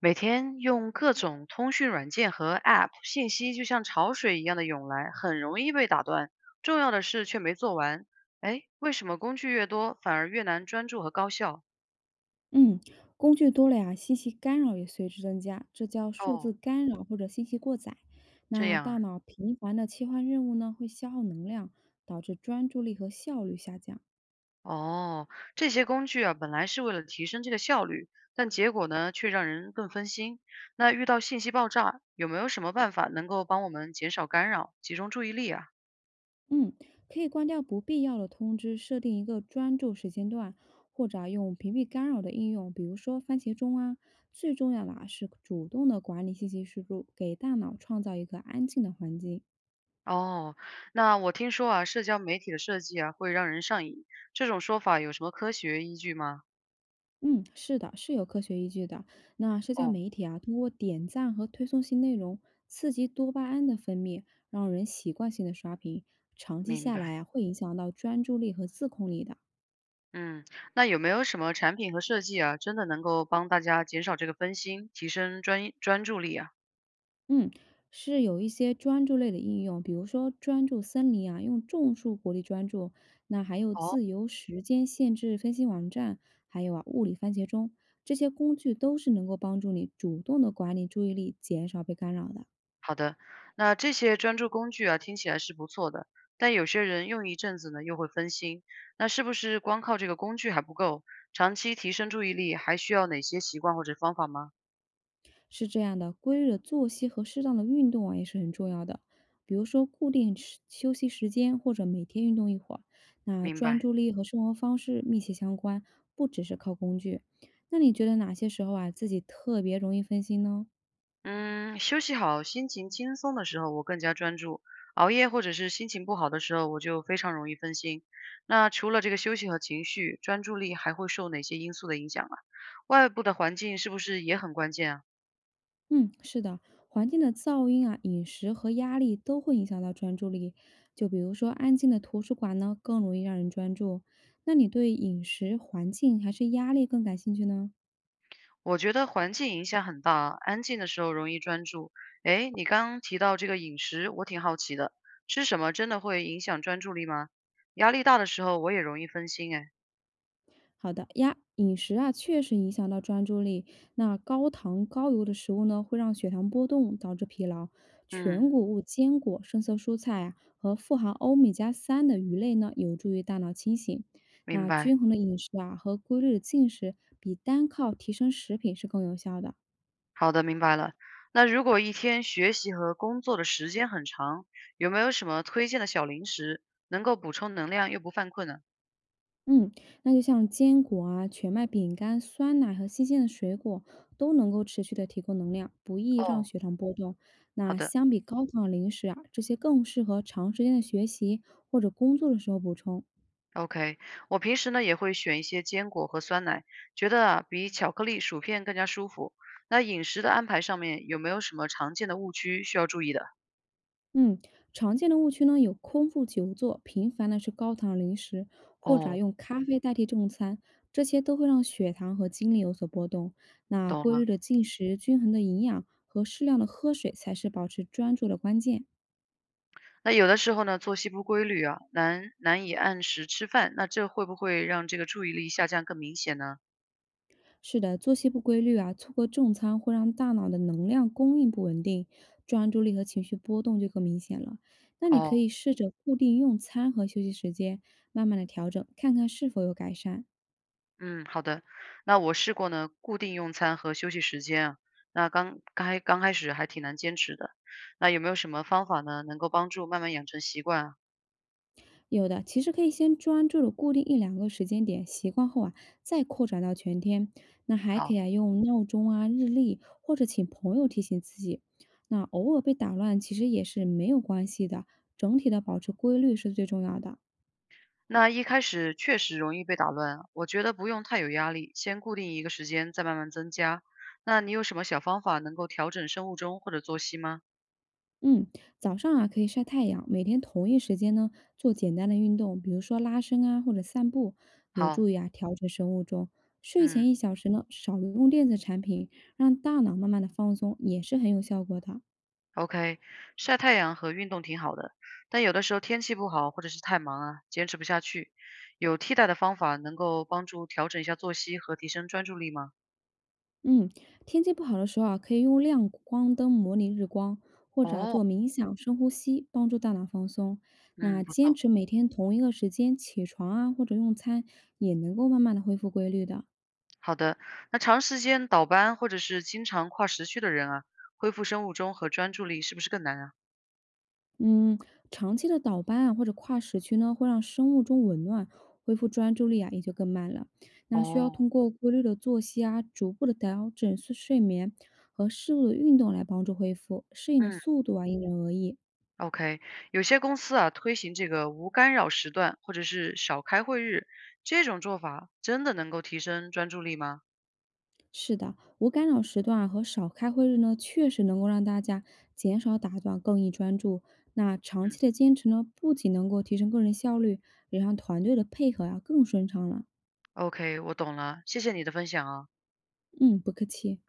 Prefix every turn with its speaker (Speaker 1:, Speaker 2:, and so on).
Speaker 1: 每天用各种通讯软件和 App，信息就像潮水一样的涌来，很容易被打断。重要的事却没做完。哎，为什么工具越多，反而越难专注和高效？
Speaker 2: 嗯，工具多了呀，信息干扰也随之增加，这叫数字
Speaker 1: 哦，
Speaker 2: 干扰或者信息过载。
Speaker 1: 这
Speaker 2: 那
Speaker 1: 样
Speaker 2: 大
Speaker 1: 啊。
Speaker 2: 脑频繁的切换任务呢，会消耗能量，导致专注力和效率下降。
Speaker 1: 哦，这些工具啊，本来是为了提升这个效率，但结果呢，却让人更分心。那遇到信息爆炸，有没有什么办法能够帮我们减少干扰，集中注意力啊？
Speaker 2: 嗯，可以关掉不必要的通知，设定一个专注时间段，或者啊用屏蔽干扰的应用，比如说番茄钟啊。最重要的啊是主动的管理信息输入，给大脑创造一个安静的环境。
Speaker 1: 哦，那我听说啊，社交媒体的设计啊，会让人上瘾，这种说法有什么科学依据吗？
Speaker 2: 嗯，是的，是有科学依据的。那社交
Speaker 1: 哦，
Speaker 2: 媒体啊，通过点赞和推送新内容刺激多巴胺的分泌，让人习惯性的刷屏，长期
Speaker 1: 明
Speaker 2: 下来
Speaker 1: 白。
Speaker 2: 啊，会影响到专注力和自控力的。
Speaker 1: 嗯，那有没有什么产品和设计啊，真的能够帮大家减少这个分心，提升专注力啊？
Speaker 2: 嗯，是有一些专注类的应用，比如说专注森林啊，用种树鼓励专注。那还有
Speaker 1: 哦，
Speaker 2: 自由时间限制分析网站，还有啊物理番茄钟，这些工具都是能够帮助你主动的管理注意力，减少被干扰的。
Speaker 1: 好的。那这些专注工具啊，听起来是不错的，但有些人用一阵子呢，又会分心。那是不是光靠这个工具还不够？长期提升注意力，还需要哪些习惯或者方法吗？
Speaker 2: 是这样的，规律的作息和适当的运动啊也是很重要的。比如说固定时休息时间，或者每天运动一会儿。那
Speaker 1: 明
Speaker 2: 专
Speaker 1: 白。
Speaker 2: 注力和生活方式密切相关，不只是靠工具。那你觉得哪些时候啊自己特别容易分心呢？
Speaker 1: 嗯，休息好，心情轻松的时候，我更加专注；熬夜或者是心情不好的时候，我就非常容易分心。那除了这个休息和情绪，专注力还会受哪些因素的影响啊？外部的环境是不是也很关键啊？
Speaker 2: 嗯，是的，环境的噪音啊、饮食和压力都会影响到专注力。就比如说安静的图书馆呢，更容易让人专注。那你对饮食、环境还是压力更感兴趣呢？
Speaker 1: 我觉得环境影响很大啊，安静的时候容易专注。诶，你刚刚提到这个饮食，我挺好奇的，吃什么真的会影响专注力吗？压力大的时候，我也容易分心诶。
Speaker 2: 好的呀，饮食啊确实影响到专注力。那高糖高油的食物呢，会让血糖波动，导致疲劳。全
Speaker 1: 嗯，
Speaker 2: 谷物、坚果、深色蔬菜啊，和富含欧米伽三的鱼类呢，有助于大脑清醒。
Speaker 1: 明
Speaker 2: 那
Speaker 1: 白。
Speaker 2: 均衡的饮食啊和规律的进食，比单靠提升食品是更有效的。
Speaker 1: 好的，明白了。那如果一天学习和工作的时间很长，有没有什么推荐的小零食能够补充能量又不犯困呢？
Speaker 2: 嗯，那就像坚果啊、全麦饼干、酸奶和新鲜的水果都能够持续的提供能量，不易让
Speaker 1: 哦，
Speaker 2: 血糖波动。
Speaker 1: 好
Speaker 2: 那
Speaker 1: 的
Speaker 2: 相比高糖的零食啊，这些更适合长时间的学习或者工作的时候补充。
Speaker 1: ，OK。我平时呢也会选一些坚果和酸奶，觉得啊比巧克力、薯片更加舒服。那饮食的安排上面有没有什么常见的误区需要注意的？
Speaker 2: 嗯，常见的误区呢有空腹久坐、频繁的吃高糖的零食，或者啊
Speaker 1: 哦，
Speaker 2: 用咖啡代替正餐，这些都会让血糖和精力有所波动。那
Speaker 1: 懂
Speaker 2: 规律
Speaker 1: 了。
Speaker 2: 的进食、均衡的营养和适量的喝水才是保持专注的关键。
Speaker 1: 那有的时候呢作息不规律啊，难以按时吃饭，那这会不会让这个注意力下降更明显呢？
Speaker 2: 是的，作息不规律啊，错过正餐会让大脑的能量供应不稳定，专注力和情绪波动就更明显了。那你可
Speaker 1: 哦。
Speaker 2: 以试着固定用餐和休息时间，慢慢的调整，看看是否有改善。
Speaker 1: 嗯，好的。那我试过呢，固定用餐和休息时间啊，那刚开始还挺难坚持的。那有没有什么方法呢，能够帮助慢慢养成习惯啊？
Speaker 2: 有的，其实可以先专注的固定一两个时间点，习惯后啊，再扩展到全天。那还可
Speaker 1: 好，
Speaker 2: 以啊，用闹钟啊、日历或者请朋友提醒自己。那偶尔被打乱，其实也是没有关系的，整体的保持规律是最重要的。
Speaker 1: 那一开始确实容易被打乱啊，我觉得不用太有压力，先固定一个时间，再慢慢增加。那你有什么小方法能够调整生物钟或者作息吗？
Speaker 2: 嗯，早上啊可以晒太阳，每天同一时间呢做简单的运动，比如说拉伸啊或者散步，有
Speaker 1: 好，
Speaker 2: 助于啊调整生物钟。睡
Speaker 1: 嗯。
Speaker 2: 前1小时呢少用电子产品，让大脑慢慢的放松，也是很有效果的。
Speaker 1: OK，晒太阳和运动挺好的，但有的时候天气不好或者是太忙啊，坚持不下去。有替代的方法能够帮助调整一下作息和提升专注力吗？
Speaker 2: 嗯，天气不好的时候啊，可以用亮光灯模拟日光，或者啊
Speaker 1: 哦，
Speaker 2: 做冥想、深呼吸，帮助大脑放松。那
Speaker 1: 嗯，不
Speaker 2: 坚
Speaker 1: 错。
Speaker 2: 持每天同一个时间起床啊或者用餐，也能够慢慢的恢复规律的。
Speaker 1: 好的，那长时间倒班或者是经常跨时区的人啊，恢复生物钟和专注力是不是更难啊？
Speaker 2: 嗯，长期的倒班啊，或者跨时区呢，会让生物钟紊乱，恢复专注力啊也就更慢了。那需要通
Speaker 1: 哦，
Speaker 2: 过规律的作息啊，逐步的调整睡眠和适度的运动来帮助恢复，适应的
Speaker 1: 嗯
Speaker 2: 速度啊因人而异。
Speaker 1: ，OK，有些公司啊推行这个无干扰时段或者是少开会日，这种做法真的能够提升专注力吗？
Speaker 2: 是的，无干扰时段啊和少开会日呢，确实能够让大家减少打断，更易专注。那长期
Speaker 1: 嗯
Speaker 2: 的坚持呢，不仅能够提升个人效率，也让团队的配合啊更顺畅了。
Speaker 1: OK，我懂了，谢谢你的分享哦。
Speaker 2: 嗯，不客气。